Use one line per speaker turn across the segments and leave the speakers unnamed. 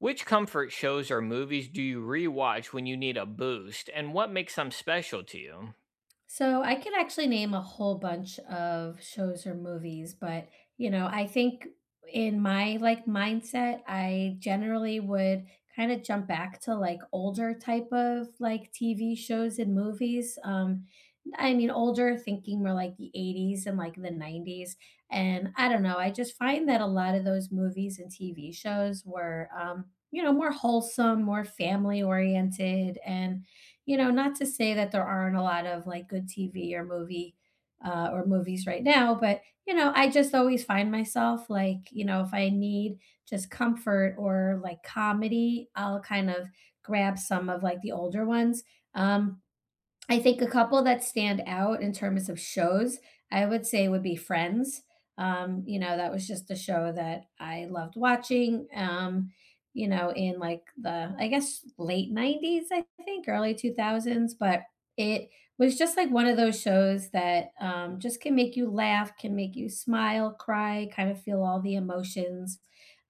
Which comfort shows or movies do you rewatch when you need a boost, and what makes them special to you?
So I could actually name a whole bunch of shows or movies, but I think in my like mindset, I generally would kind of jump back to like older type of like TV shows and movies. I mean older thinking more like the 80's and like the 90's. And I don't know, I just find that a lot of those movies and TV shows were more wholesome, more family oriented and not to say that there aren't a lot of like good TV or movie or movies right now, but I just always find myself like, if I need just comfort or like comedy, I'll kind of grab some of like the older ones. Um, I think a couple that stand out in terms of shows, I would say would be Friends. That was just a show that I loved watching. In like the I guess late 90's, I think, early 2000s, but it was just like one of those shows that just can make you laugh, can make you smile, cry, kind of feel all the emotions.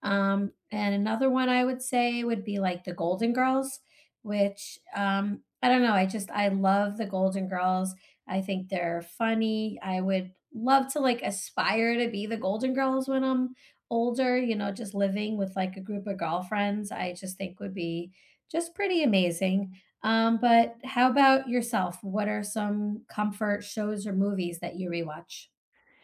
And another one I would say would be like The Golden Girls which, I don't know, I just I love the Golden Girls. I think they're funny. I would love to, like, aspire to be the Golden Girls when I'm older, you know, just living with, like, a group of girlfriends, I just think would be just pretty amazing. But how about yourself? What are some comfort shows or movies that you rewatch?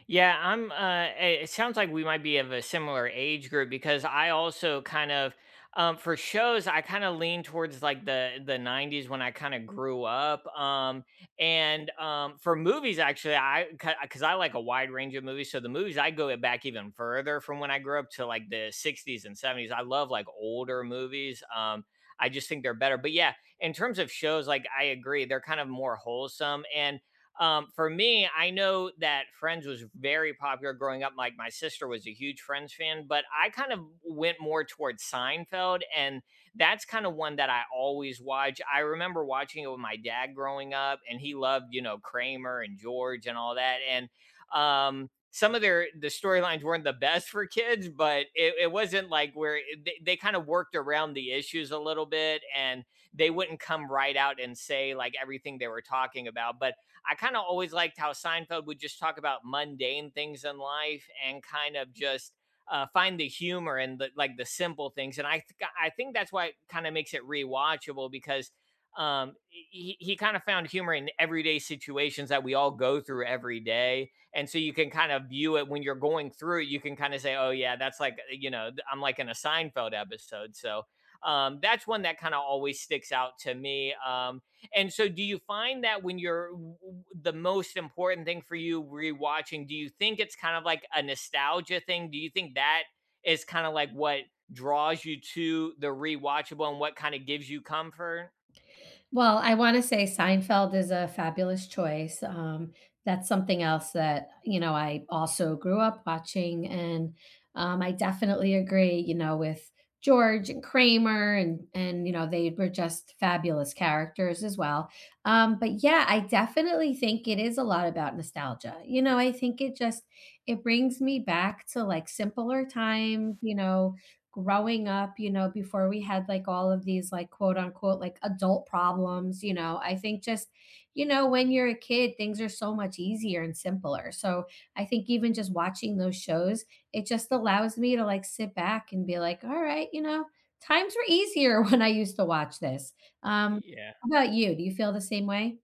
It sounds like we might be of a similar age group because I also kind of, for shows, I kind of lean towards like the '90s when I kind of grew up. And For movies, actually, I because I like a wide range of movies, so the movies I go back even further from when I grew up to like the '60s and '70s. I love like older movies. I just think they're better. But yeah, in terms of shows, like I agree, they're kind of more wholesome and for me, I know that Friends was very popular growing up. Like my sister was a huge Friends fan, but I kind of went more towards Seinfeld, and that's kind of one that I always watch. I remember watching it with my dad growing up, and he loved, you know, Kramer and George and all that. And some of the storylines weren't the best for kids, but it wasn't like where they kind of worked around the issues a little bit, and they wouldn't come right out and say like everything they were talking about, but I kind of always liked how Seinfeld would just talk about mundane things in life and kind of just find the humor and like the simple things. And I think that's why it kind of makes it rewatchable because he kind of found humor in everyday situations that we all go through every day. And so you can kind of view it when you're going through it, you can kind of say, oh, yeah, that's like, you know, I'm like in a Seinfeld episode. So that's one that kind of always sticks out to me. And so, do you find that when you're the most important thing for you rewatching, do you think it's kind of like a nostalgia thing? Do you think that is kind of like what draws you to the rewatchable and what kind of gives you comfort?
Well, I wanna say Seinfeld is a fabulous choice, that's something else that, you know, I also grew up watching, and, I definitely agree, you know, with George and Kramer and, you know, they were just fabulous characters as well, but yeah, I definitely think it is a lot about nostalgia, you know, I think it just it brings me back to, like, simpler time, you know, growing up, you know, before we had like all of these like quote unquote like adult problems, you know, I think just, you know, when you're a kid, things are so much easier and simpler. So I think even just watching those shows, it just allows me to like sit back and be like, all right, you know, times were easier when I used to watch this. Um,
Yeah.
how about you? Do you feel the same way?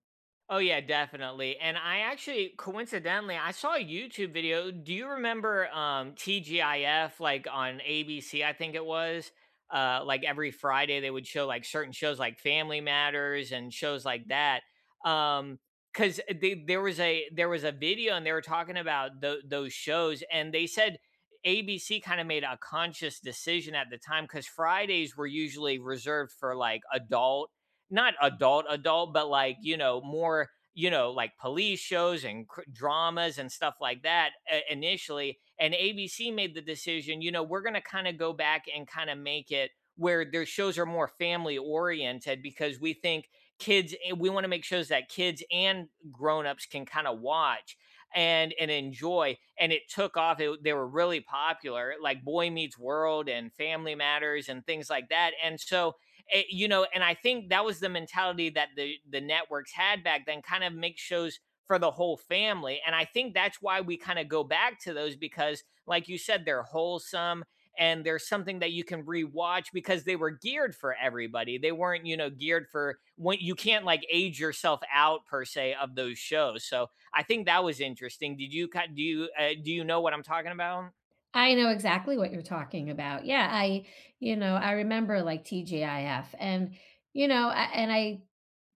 Oh yeah, definitely. And I actually coincidentally I saw a YouTube video. Do you remember TGIF like on ABC I think it was? Uh, like every Friday they would show like certain shows like Family Matters and shows like that. Um Cuz there was a video and they were talking about those shows, and they said ABC kind of made a conscious decision at the time cuz Fridays were usually reserved for like adult, not adult adult, but like, you know, more, you know, like police shows and dramas and stuff like that, initially. And ABC made the decision, you know, we're going to kind of go back and kind of make it where their shows are more family oriented because we think we want to make shows that kids and grownups can kind of watch and enjoy. And it took off, they were really popular, like Boy Meets World and Family Matters and things like that. And so you know, and I think that was the mentality that the networks had back then, kind of make shows for the whole family. And I think that's why we kind of go back to those because, like you said, they're wholesome and there's something that you can rewatch because they were geared for everybody. They weren't, you know, geared for when you can't like age yourself out per se of those shows. So I think that was interesting. Did you ki- do you Do you know what I'm talking about?
I know exactly what you're talking about. Yeah, I remember like TGIF and, I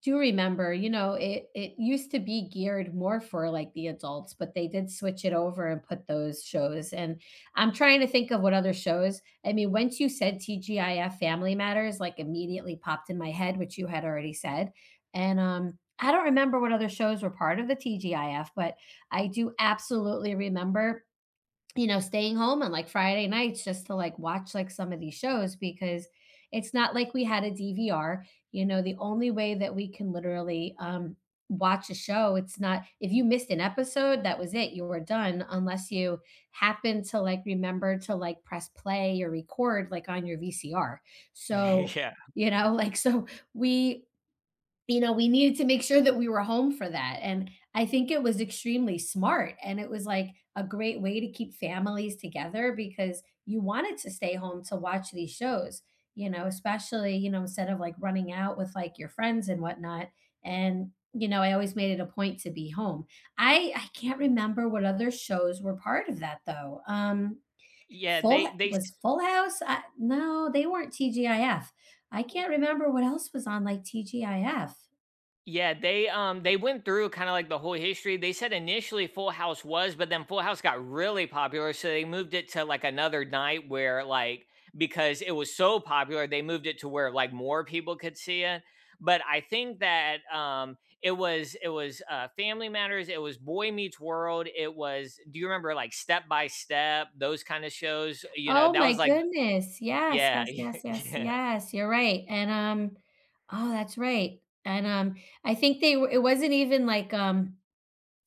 do remember, you know, it used to be geared more for like the adults, but they did switch it over and put those shows. And I'm trying to think of what other shows. I mean, once you said TGIF Family Matters, like immediately popped in my head, which you had already said. And I don't remember what other shows were part of the TGIF, but I do absolutely remember staying home on like Friday nights just to like watch like some of these shows because it's not like we had a DVR. You know, the only way that we can literally watch a show, it's not if you missed an episode, that was it, you were done, unless you happen to like remember to like press play or record like on your VCR. So,
Yeah.
you know, like, so we we needed to make sure that we were home for that. And I think it was extremely smart. And it was like a great way to keep families together because you wanted to stay home to watch these shows, you know, especially, you know, instead of like running out with like your friends and whatnot. And, you know, I always made it a point to be home. I can't remember what other shows were part of that though.
Yeah,
Full
they they s-
was Full House? No, they weren't TGIF. I F. I can't remember what else was on like TGIF.
Yeah, they went through kind of like the whole history. They said initially Full House was, but then Full House got really popular, so they moved it to like another night where like, because it was so popular, they moved it to where like more people could see it. But I think that it was Family Matters, it was Boy Meets World, it was, do you remember like Step by Step, those kind of shows, you know,
Oh
that
my
was like,
goodness. Yes,
yeah,
yes, yes, yes,
yeah,
yes. You're right. And oh, that's right. And I think they were it wasn't even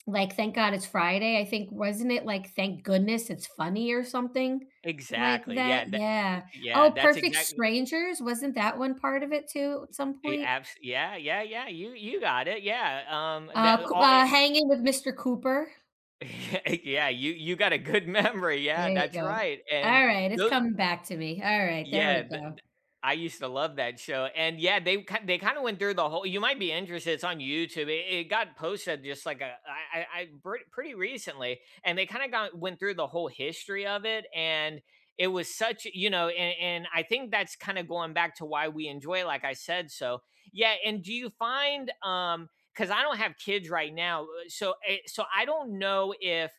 like thank God it's Friday. I think wasn't it like thank goodness it's funny or something like
exactly.
that?
Yeah, that,
Yeah.
yeah,
Oh,
that's
Perfect
exactly.
Strangers, wasn't that one part of it too at some
Eh,
point?
abs Yeah, yeah, yeah, you got it, yeah, that all it.
Hanging with Mr. Cooper.
Yeah, you got a good memory,
There
yeah,
you
that's
go.
right, and
All right, it's
those.
coming back to me. All right, there we
Yeah,
go.
I used to love that show, and yeah, they kinda went through the whole, you might be interested, it's on YouTube, it got posted just like a I pre pretty recently, and they kinda got went through the whole history of it, and it was such, you know, and I think that's kinda going back to why we enjoy it, like I said. So yeah, and do you find, because I don't have kids right now, so I don't know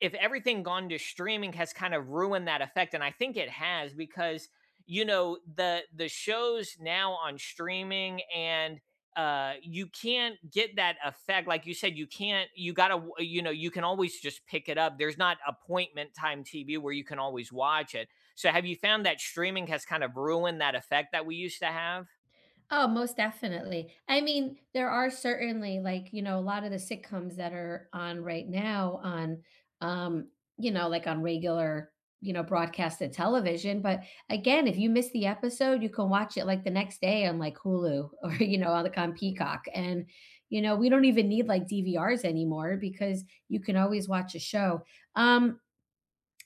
if everything gone to streaming has kind of ruined that effect. And I think it has, because you know, the shows now on streaming and you can't get that effect, like you said, you can't, you gotta, you know, you can always just pick it up, there's not appointment time TV where you can always watch it. So have you found that streaming has kind of ruined that effect that we used to have?
Oh, most definitely. I mean, there are certainly like, you know, a lot of the sitcoms that are on right now on um, you know, like on regular, you know, broadcasted television, but again, if you miss the episode, you can watch it like the next day on like Hulu or you know, on the on Peacock. And you know, we don't even need like DVRs anymore because you can always watch a show. Um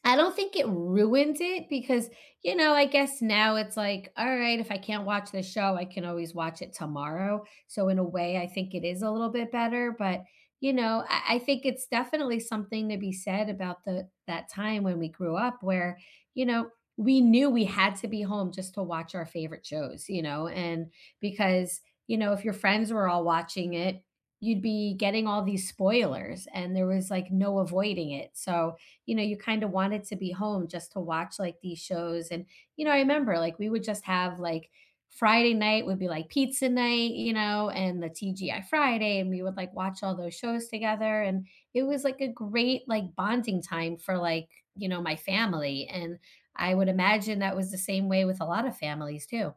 I don't think it ruins it because, you know, I guess now it's like, all right, if I can't watch the show, I can always watch it tomorrow. So, in a way, I think it is a little bit better. But, you know, I think it's definitely something to be said about the that time when we grew up where, you know, we knew we had to be home just to watch our favorite shows, you know, and because, you know, if your friends were all watching it, you'd be getting all these spoilers and there was like no avoiding it. So, you know, you kind of wanted to be home just to watch like these shows. And, you know, I remember like we would just have like Friday night would be like pizza night, you know, and the TGI Friday. And we would like watch all those shows together. And it was like a great like bonding time for like, you know, my family. And I would imagine that was the same way with a lot of families too.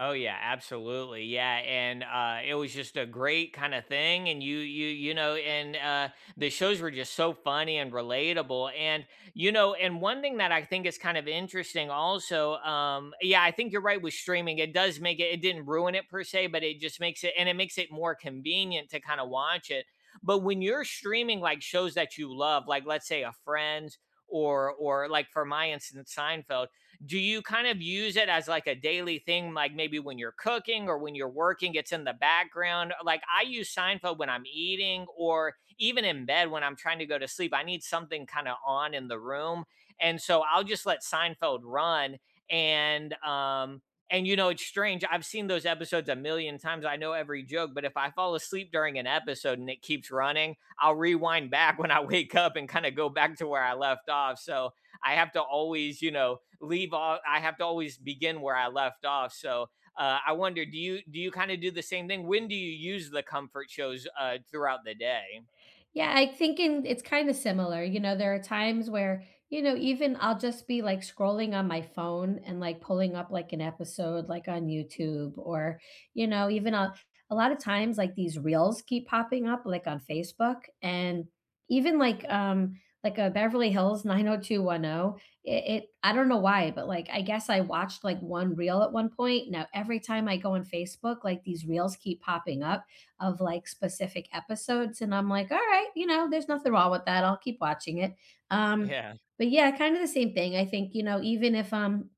Oh yeah, absolutely. Yeah, and it was just a great kind of thing, and you know, and the shows were just so funny and relatable, and you know. And one thing that I think is kind of interesting also, yeah, I think you're right with streaming. It does make it didn't ruin it per se, but it just makes it, and it makes it more convenient to kind of watch it. But when you're streaming like shows that you love, like let's say a Friends or like for my instance Seinfeld, do you kind of use it as like a daily thing, like maybe when you're cooking or when you're working it's in the background? Like I use Seinfeld when I'm eating or even in bed when I'm trying to go to sleep, I need something kind of on in the room, and so I'll just let Seinfeld run. And um and you know, it's strange, I've seen those episodes a million times, I know every joke, but if I fall asleep during an episode and it keeps running, I'll rewind back when I wake up and kind of go back to where I left off. So I have to always, you know, leave off. I have to always begin where I left off. So I wonder, do you, do you kind of do the same thing? When do you use the comfort shows throughout the day?
Yeah, I think in it's kind of similar. You know, there are times where, you know, even I'll just be like scrolling on my phone and like pulling up like an episode like on YouTube or, you know, even I'll, a lot of times like these reels keep popping up like on Facebook and even like a Beverly Hills 90210 it, it I don't know why but like I guess I watched like one reel at one point now every time I go on Facebook like these reels keep popping up of like specific episodes. And I'm like, all right, you know, there's nothing wrong with that. I'll keep watching it. Um,
Yeah.
but yeah, kind of the same thing. I think, you know, even if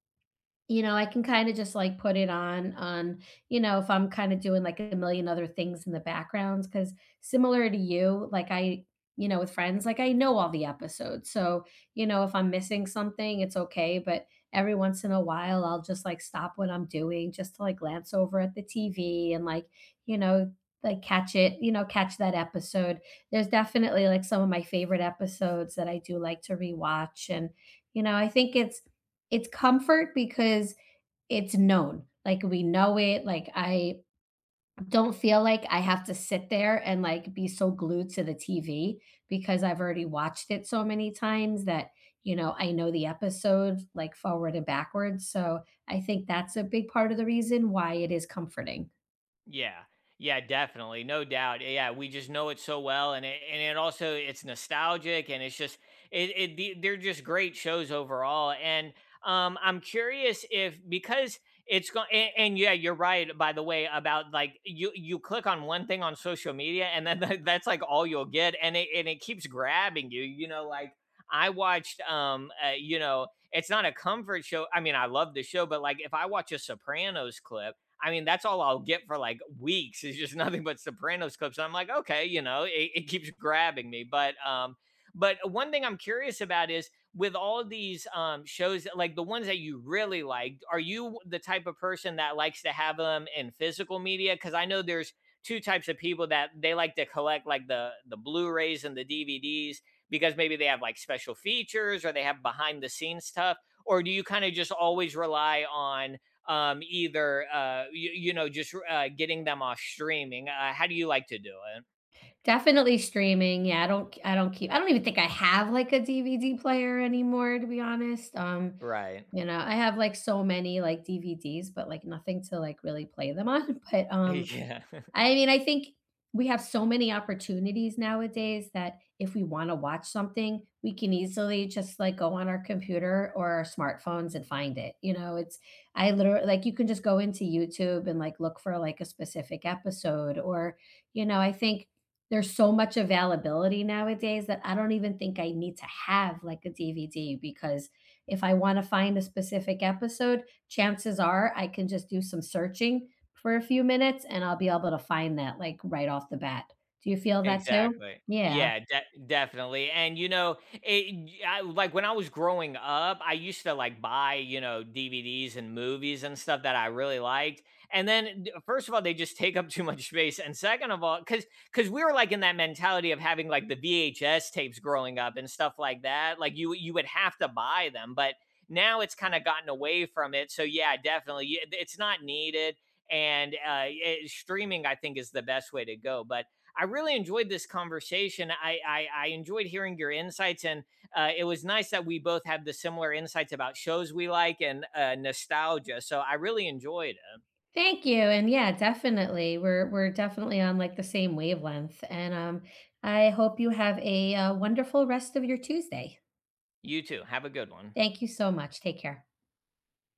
you know, I can kinda just, like, put it on you know, if I'm kinda doing, like, a million other things in the background because similar to you, like, I you know, with Friends, like, I know all the episodes, so, you know, if I'm missing something, it's okay, but every once in a while, I'll just, like, stop what I'm doing just to, like, glance over at the TV and, like, you know, you know, catch that episode. There's definitely, like, some of my favorite episodes that I do like to rewatch, and, you know, I think it's comfort because it's known. Like we know it. Like I don't feel like I have to sit there and like be so glued to the TV because I've already watched it so many times that, you know, I know the episode like forward and backwards. So I think that's a big part of the reason why it is comforting.
Yeah. Yeah, definitely. No doubt. Yeah, we just know it so well, and and it also it's nostalgic, and it's just they're just great shows overall. And I'm curious if, because it's going, and yeah, you're right by the way about like you click on one thing on social media, and then that's like all you'll get, and it keeps grabbing you, you know. Like I watched you know, it's not a comfort show, I mean, I love the show, but like if I watch a Sopranos clip, I mean, that's all I'll get for like weeks. It's just nothing but Sopranos clips. And I'm like, okay, you know, it keeps grabbing me. But one thing I'm curious about is, with all these shows, like the ones that you really liked, are you the type of person that likes to have them in physical media? Because I know there's two types of people that they like to collect like the Blu-rays and the DVDs, because maybe they have like special features or they have behind the scenes stuff. Or do you kind of just always rely on um, either, getting them off streaming? How do you like to do it?
Definitely streaming. Yeah, I don't keep I don't even think I have like a DVD player anymore to be honest.
Right.
You know, I have like so many like DVDs but like nothing to like really play them on, but
Yeah.
I mean, I think we have so many opportunities nowadays that if we want to watch something, we can easily just like go on our computer or our smartphones and find it. I literally like you can just go into YouTube and like look for like a specific episode. Or, you know, I think there's so much availability nowadays that I don't even think I need to have like a DVD because if I want to find a specific episode, chances are I can just do some searching for a few minutes and I'll be able to find that, like, right off the bat. Do you feel that too?
Exactly.
Yeah.
Yeah, de definitely. And, you know, it I like, when I was growing up, I used to, like, buy, you know, DVDs and movies and stuff that I really liked, and then d first of all, they just take up too much space, and second of all, because we were, like, in that mentality of having, like, the VHS tapes growing up and stuff like that, like, you would have to buy them, but now it's kinda gotten away from it, so yeah, definitely, y it's not needed, and, streaming, I think, is the best way to go. But I really enjoyed this conversation. I enjoyed hearing your insights, and it was nice that we both had the similar insights about shows we like, and nostalgia. So I really enjoyed it.
Thank you, and yeah, definitely. We're definitely on, like, the same wavelength, and, I hope you have a, wonderful rest of your Tuesday.
You too. Have a good one.
Thank you so much. Take care.